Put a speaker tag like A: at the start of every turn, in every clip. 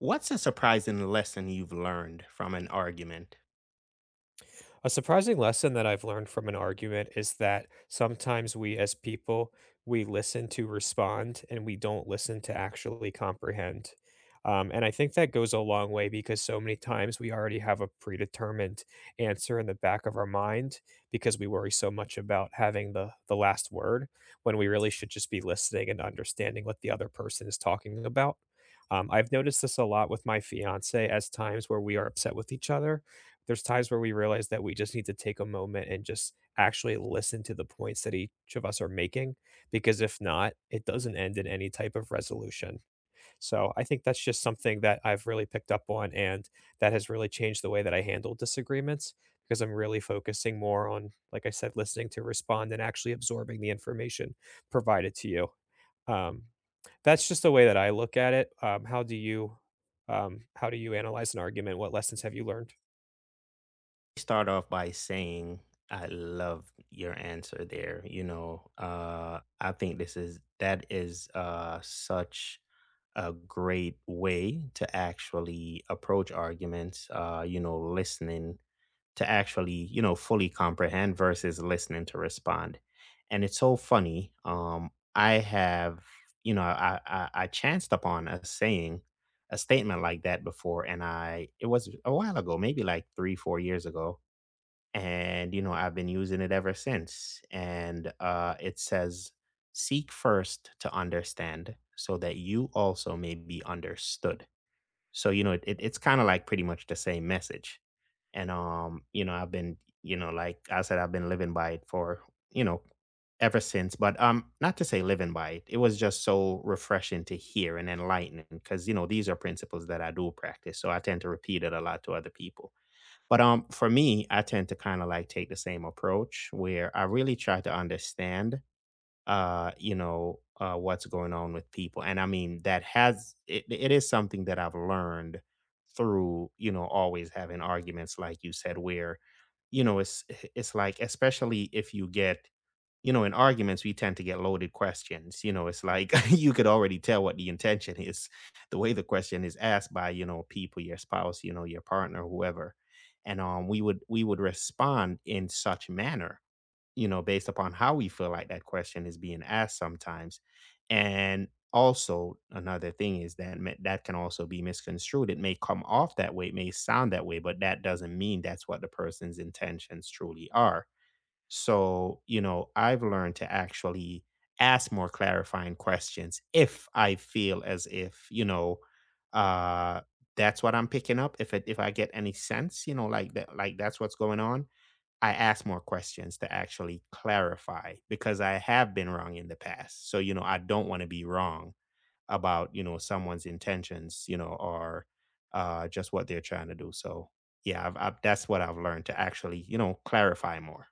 A: What's a surprising lesson you've learned from an argument?
B: A surprising lesson that I've learned from an argument is that sometimes we as people, we listen to respond and we don't listen to actually comprehend. And I think that goes a long way because so many times we already have a predetermined answer in the back of our mind because we worry so much about having the last word when we really should just be listening and understanding what the other person is talking about. I've noticed this a lot with my fiance as times where we are upset with each other there's times where we realize that we just need to take a moment and just actually listen to the points that each of us are making because if not it doesn't end in any type of resolution. So I think that's just something that I've really picked up on and that has really changed the way that I handle disagreements because I'm really focusing more on, like I said, listening to respond and actually absorbing the information provided to you. um, that's just the way that I look at it. How do you analyze an argument? What lessons have you learned?
A: Start off by saying, I love your answer there. You know, I think this is that is such a great way to actually approach arguments, you know, listening to actually, you know, fully comprehend versus listening to respond. And it's so funny. I have, you know, I chanced upon a saying, a statement like that before, and I it was a while ago, maybe like 3, 4 years ago, and you know, I've been using it ever since. And it says, "Seek first to understand, so that you also may be understood." So you know, it's kind of like pretty much the same message. And you know I've been, you know, like I said, I've been living by it for, you know, ever since. But not to say living by it, it was just so refreshing to hear and enlightening, because you know these are principles that I do practice, so I tend to repeat it a lot to other people. But for me, I tend to kind of like take the same approach where I really try to understand, you know, what's going on with people. And I mean, it is something that I've learned through, you know, always having arguments, like you said, where, you know, it's like, especially if you get, you know, in arguments, we tend to get loaded questions. You know, it's like you could already tell what the intention is, the way the question is asked by, you know, people, your spouse, you know, your partner, whoever. And we would respond in such manner, you know, based upon how we feel like that question is being asked sometimes. And also, another thing is that that can also be misconstrued. It may come off that way, it may sound that way, but that doesn't mean that's what the person's intentions truly are. So, you know, I've learned to actually ask more clarifying questions if I feel as if, you know, uh, that's what I'm picking up. If I get any sense, you know, like that's what's going on, I ask more questions to actually clarify because I have been wrong in the past. So, you know, I don't want to be wrong about, you know, someone's intentions, you know, or just what they're trying to do. So, yeah, that's what I've learned to actually, you know, clarify more.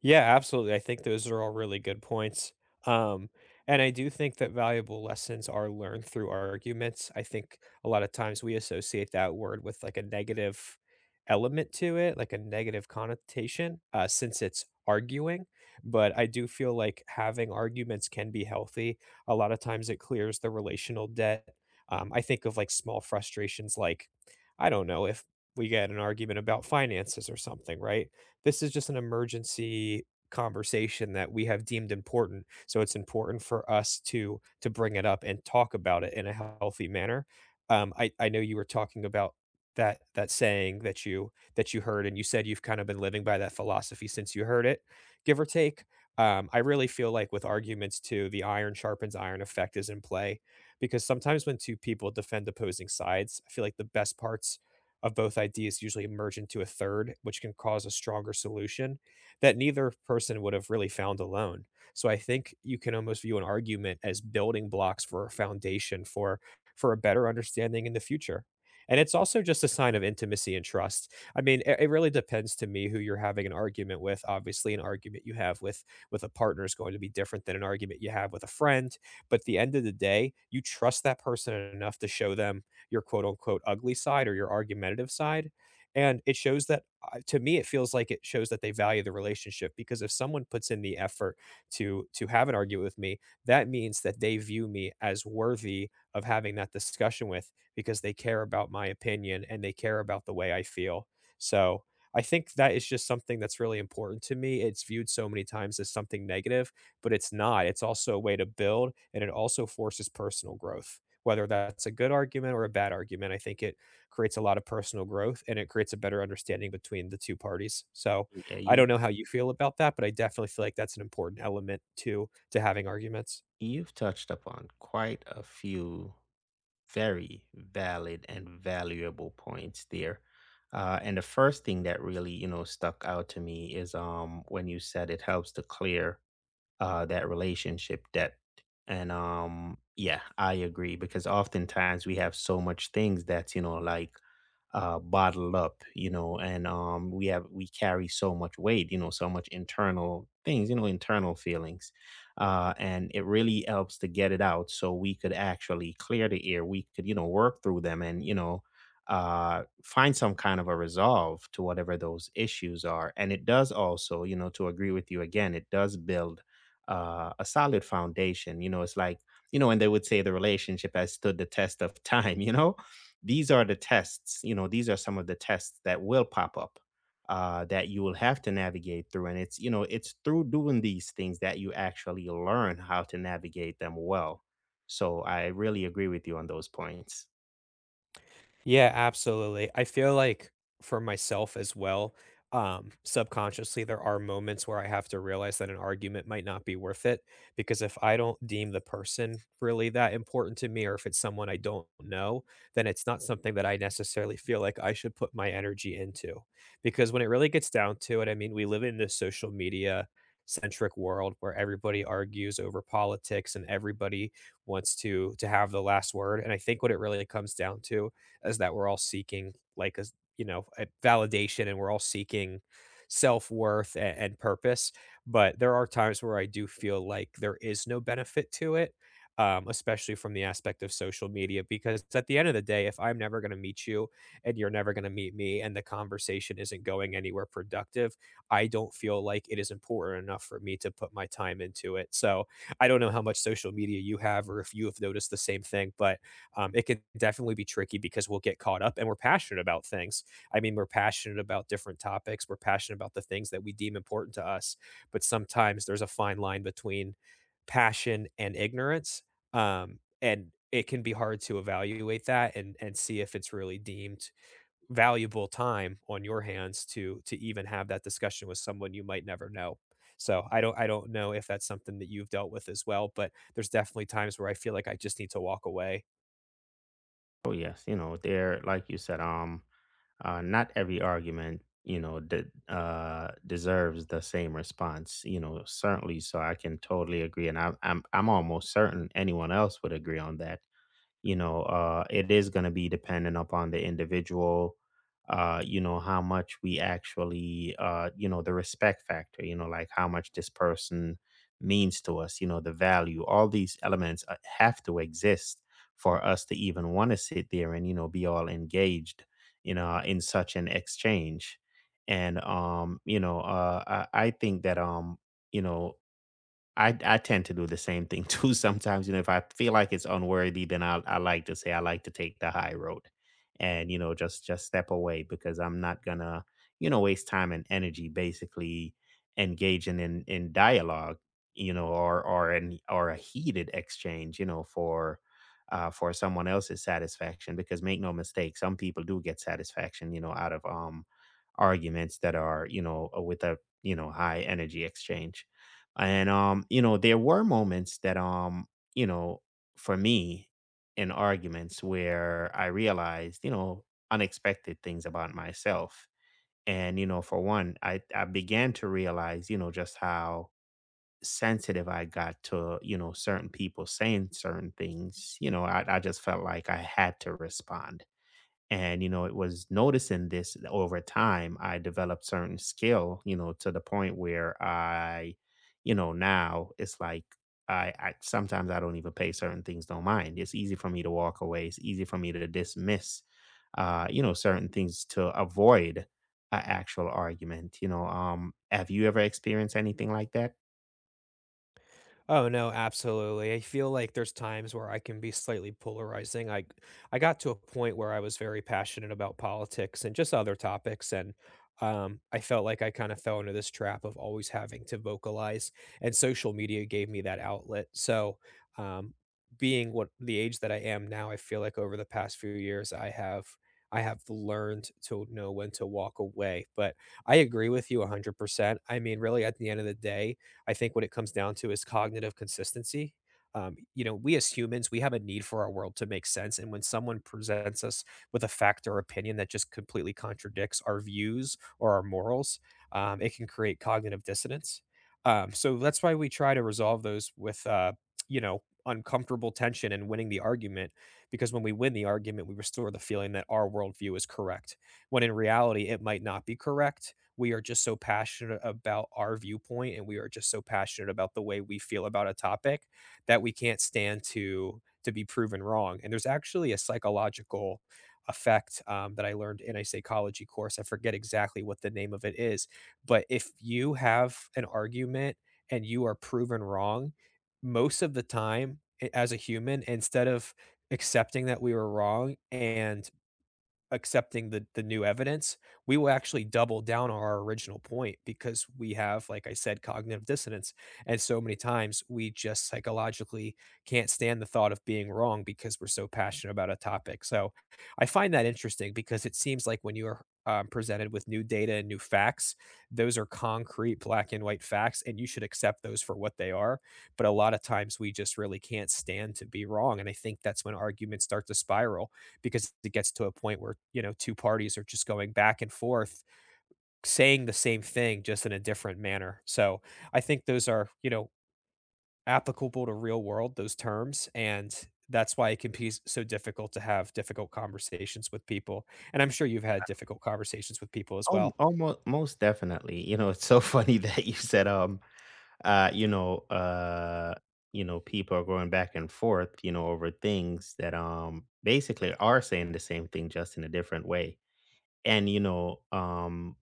B: Yeah, absolutely. I think those are all really good points. Um, and I do think that valuable lessons are learned through arguments. I think a lot of times we associate that word with like a negative element to it, like a negative connotation, since it's arguing. But I do feel like having arguments can be healthy. A lot of times it clears the relational debt. I think of like small frustrations, like, I don't know, if we get in an argument about finances or something, right? This is just an emergency conversation that we have deemed important. So it's important for us to bring it up and talk about it in a healthy manner. I know you were talking about that saying that you heard, and you said you've kind of been living by that philosophy since you heard it, give or take. I really feel like with arguments too, the iron sharpens iron effect is in play because sometimes when two people defend opposing sides, I feel like the best parts of both ideas usually merge into a third, which can cause a stronger solution that neither person would have really found alone. So I think you can almost view an argument as building blocks for a foundation for a better understanding in the future. And it's also just a sign of intimacy and trust. I mean, it really depends to me who you're having an argument with. Obviously, an argument you have with a partner is going to be different than an argument you have with a friend. But at the end of the day, you trust that person enough to show them your quote unquote ugly side or your argumentative side. And it shows that to me, it feels like it shows that they value the relationship because if someone puts in the effort to have an argument with me, that means that they view me as worthy of having that discussion with because they care about my opinion and they care about the way I feel. So I think that is just something that's really important to me. It's viewed so many times as something negative, but it's not. It's also a way to build and it also forces personal growth, whether that's a good argument or a bad argument. I think it creates a lot of personal growth and it creates a better understanding between the two parties. So
A: Yeah,
B: I don't
A: you
B: know how you feel about that, but I definitely feel like that's an important element to having arguments.
A: you've touched upon quite a few very valid and valuable points there. And the first thing that really, you know, stuck out to me is when you said it helps to clear, that relationship depth. And yeah, I agree because oftentimes we have so much things that's, you know, like bottled up, you know, and we carry so much weight, you know, so much internal things, you know, internal feelings, and it really helps to get it out so we could actually clear the air. We could, you know, work through them, and you know, find some kind of a resolve to whatever those issues are. And it does also, you know, to agree with you again, it does build a solid foundation. You know, it's like, you know, and they would say the relationship has stood the test of time. You know, these are the tests, you know, these are some of the tests that will pop up, that you will have to navigate through. And it's, you know, it's through doing these things that you actually learn how to navigate them well. So I really agree with you on those points.
B: Yeah, absolutely. I feel like for myself as well, subconsciously, there are moments where I have to realize that an argument might not be worth it because if I don't deem the person really that important to me, or if it's someone I don't know, then it's not something that I necessarily feel like I should put my energy into. Because when it really gets down to it, I mean, we live in this social media centric world where everybody argues over politics and everybody wants to have the last word. And I think what it really comes down to is that we're all seeking like a you know a validation, and we're all seeking self-worth and purpose. But there are times where I do feel like there is no benefit to it, especially from the aspect of social media, because at the end of the day, if I'm never going to meet you and you're never going to meet me and the conversation isn't going anywhere productive, I don't feel like it is important enough for me to put my time into it. So I don't know how much social media you have or if you have noticed the same thing, but it can definitely be tricky because we'll get caught up and we're passionate about things. I mean, we're passionate about different topics, we're passionate about the things that we deem important to us. But sometimes there's a fine line between passion and ignorance. And it can be hard to evaluate that and see if it's really deemed valuable time on your hands to even have that discussion with someone you might never know. So I don't know if that's something that you've dealt with as well, but there's definitely times where I feel like I just need to walk away.
A: Oh yes, you know, they're like you said, not every argument, you know, that deserves the same response, you know. Certainly, so I can totally agree, and I'm almost certain anyone else would agree on that. You know, it is going to be dependent upon the individual, you know, how much we actually, you know, the respect factor, you know, like how much this person means to us, you know, the value, all these elements, have to exist for us to even want to sit there and, you know, be all engaged, you know, in such an exchange. And you know, I think that you know, I tend to do the same thing too sometimes, you know, if I feel like it's unworthy, then I like to say I like to take the high road and, you know, just step away because I'm not gonna, you know, waste time and energy basically engaging in dialogue, you know, or an or a heated exchange, you know, for someone else's satisfaction, because make no mistake, some people do get satisfaction, you know, out of arguments that are, you know, with a, you know, high energy exchange. And you know, there were moments that, you know, for me, in arguments where I realized, you know, unexpected things about myself. And you know, for one, I began to realize, you know, just how sensitive I got to, you know, certain people saying certain things. You know, I just felt like I had to respond. And, you know, it was noticing this over time. I developed certain skill, you know, to the point where I, you know, now it's like I sometimes I don't even pay certain things no mind. It's easy for me to walk away. It's easy for me to dismiss, you know, certain things to avoid an actual argument. You know, have you ever experienced anything like that?
B: Oh no, absolutely. I feel like there's times where I can be slightly polarizing. I got to a point where I was very passionate about politics and just other topics, and I felt like I kind of fell into this trap of always having to vocalize, and social media gave me that outlet. So, um, being what the age that I am now, I feel like over the past few years I have learned to know when to walk away. But I agree with you 100%. I mean, really at the end of the day, I think what it comes down to is cognitive consistency. You know, we as humans, we have a need for our world to make sense. And when someone presents us with a fact or opinion that just completely contradicts our views or our morals, it can create cognitive dissonance. So that's why we try to resolve those with, you know, uncomfortable tension and winning the argument. Because when we win the argument, we restore the feeling that our worldview is correct, when in reality, it might not be correct. We are just so passionate about our viewpoint and we are just so passionate about the way we feel about a topic that we can't stand to be proven wrong. And there's actually a psychological effect that I learned in a psychology course. I forget exactly what the name of it is, but if you have an argument and you are proven wrong, most of the time as a human, instead of accepting that we were wrong and accepting the new evidence, we will actually double down on our original point because we have, like I said, cognitive dissonance. And so many times we just psychologically can't stand the thought of being wrong because we're so passionate about a topic. So I find that interesting because it seems like when you are presented with new data and new facts, those are concrete black and white facts, and you should accept those for what they are. But a lot of times we just really can't stand to be wrong. And I think that's when arguments start to spiral because it gets to a point where, you know, two parties are just going back and forth saying the same thing just in a different manner. So, I think those are, you know, applicable to real world, those terms, and that's why it can be s so difficult to have difficult conversations with people, and I'm sure you've had difficult conversations with people as
A: Oh,
B: well.
A: almost, most definitely. You know, it's so funny that you said, uh, you know, uh, you know, people are going back and forth, you know, over things that basically are saying the same thing just in a different way. And, you know,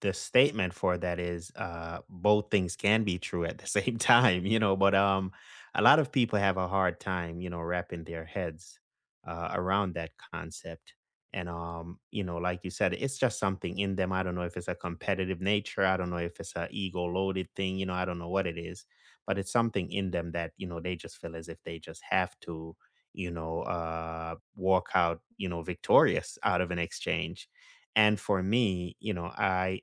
A: the statement for that is, both things can be true at the same time, you know, but, a lot of people have a hard time, you know, wrapping their heads, around that concept. And, you know, like you said, it's just something in them. I don't know if it's a competitive nature. I don't know if it's a ego loaded thing, you know, I don't know what it is, but it's something in them that, you know, they just feel as if they just have to, you know, walk out, you know, victorious out of an exchange. And for me, you know, I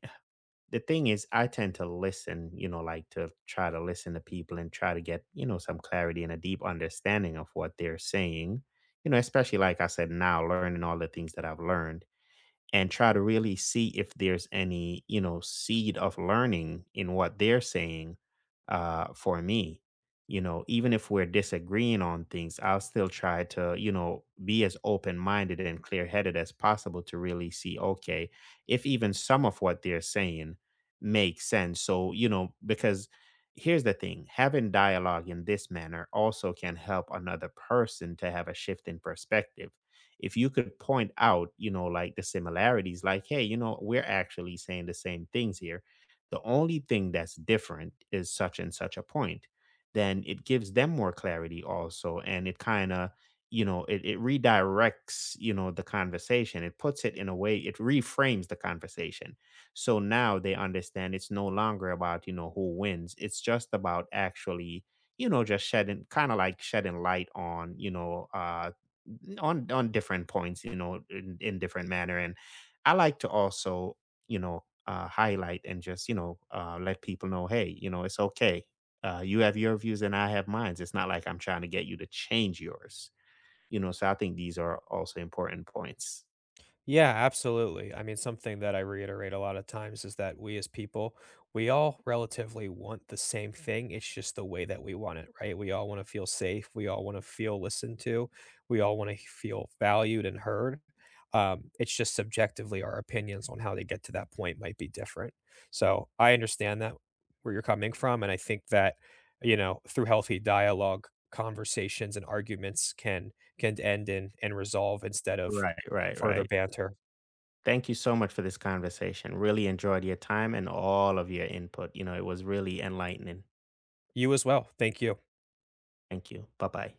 A: the thing is I tend to listen, you know, like to try to listen to people and try to get, you know, some clarity and a deep understanding of what they're saying. You know, especially like I said, now learning all the things that I've learned, and try to really see if there's any, you know, seed of learning in what they're saying, for me. You know, even if we're disagreeing on things, I'll still try to, you know, be as open minded and clear headed as possible to really see, okay, if even some of what they're saying makes sense. So, you know, because here's the thing, having dialogue in this manner also can help another person to have a shift in perspective, if you could point out, you know, like the similarities, like, hey, you know, we're actually saying the same things here. The only thing that's different is such and such a point. Then it gives them more clarity also. And it kind of, you know, it redirects, you know, the conversation. It puts it in a way, it reframes the conversation. So now they understand it's no longer about, you know, who wins. It's just about actually, you know, just shedding, kind of like shedding light on, you know, on different points, you know, in different manner. And I like to also, you know, highlight and just, you know, let people know, hey, you know, it's okay. You have your views and I have mine. It's not like I'm trying to get you to change yours, you know. So I think these are also important points.
B: Yeah, absolutely. I mean, something that I reiterate a lot of times is that we as people, we all relatively want the same thing. It's just the way that we want it, right? We all want to feel safe. We all want to feel listened to. We all want to feel valued and heard. It's just subjectively our opinions on how they get to that point might be different. So I understand that where you're coming from. And I think that, you know, through healthy dialogue, conversations and arguments can end in and resolve instead of
A: Right, right,
B: further
A: right.
B: banter.
A: Thank you so much for this conversation. Really enjoyed your time and all of your input. You know, it was really enlightening.
B: You as well. Thank you.
A: Thank you. Bye bye.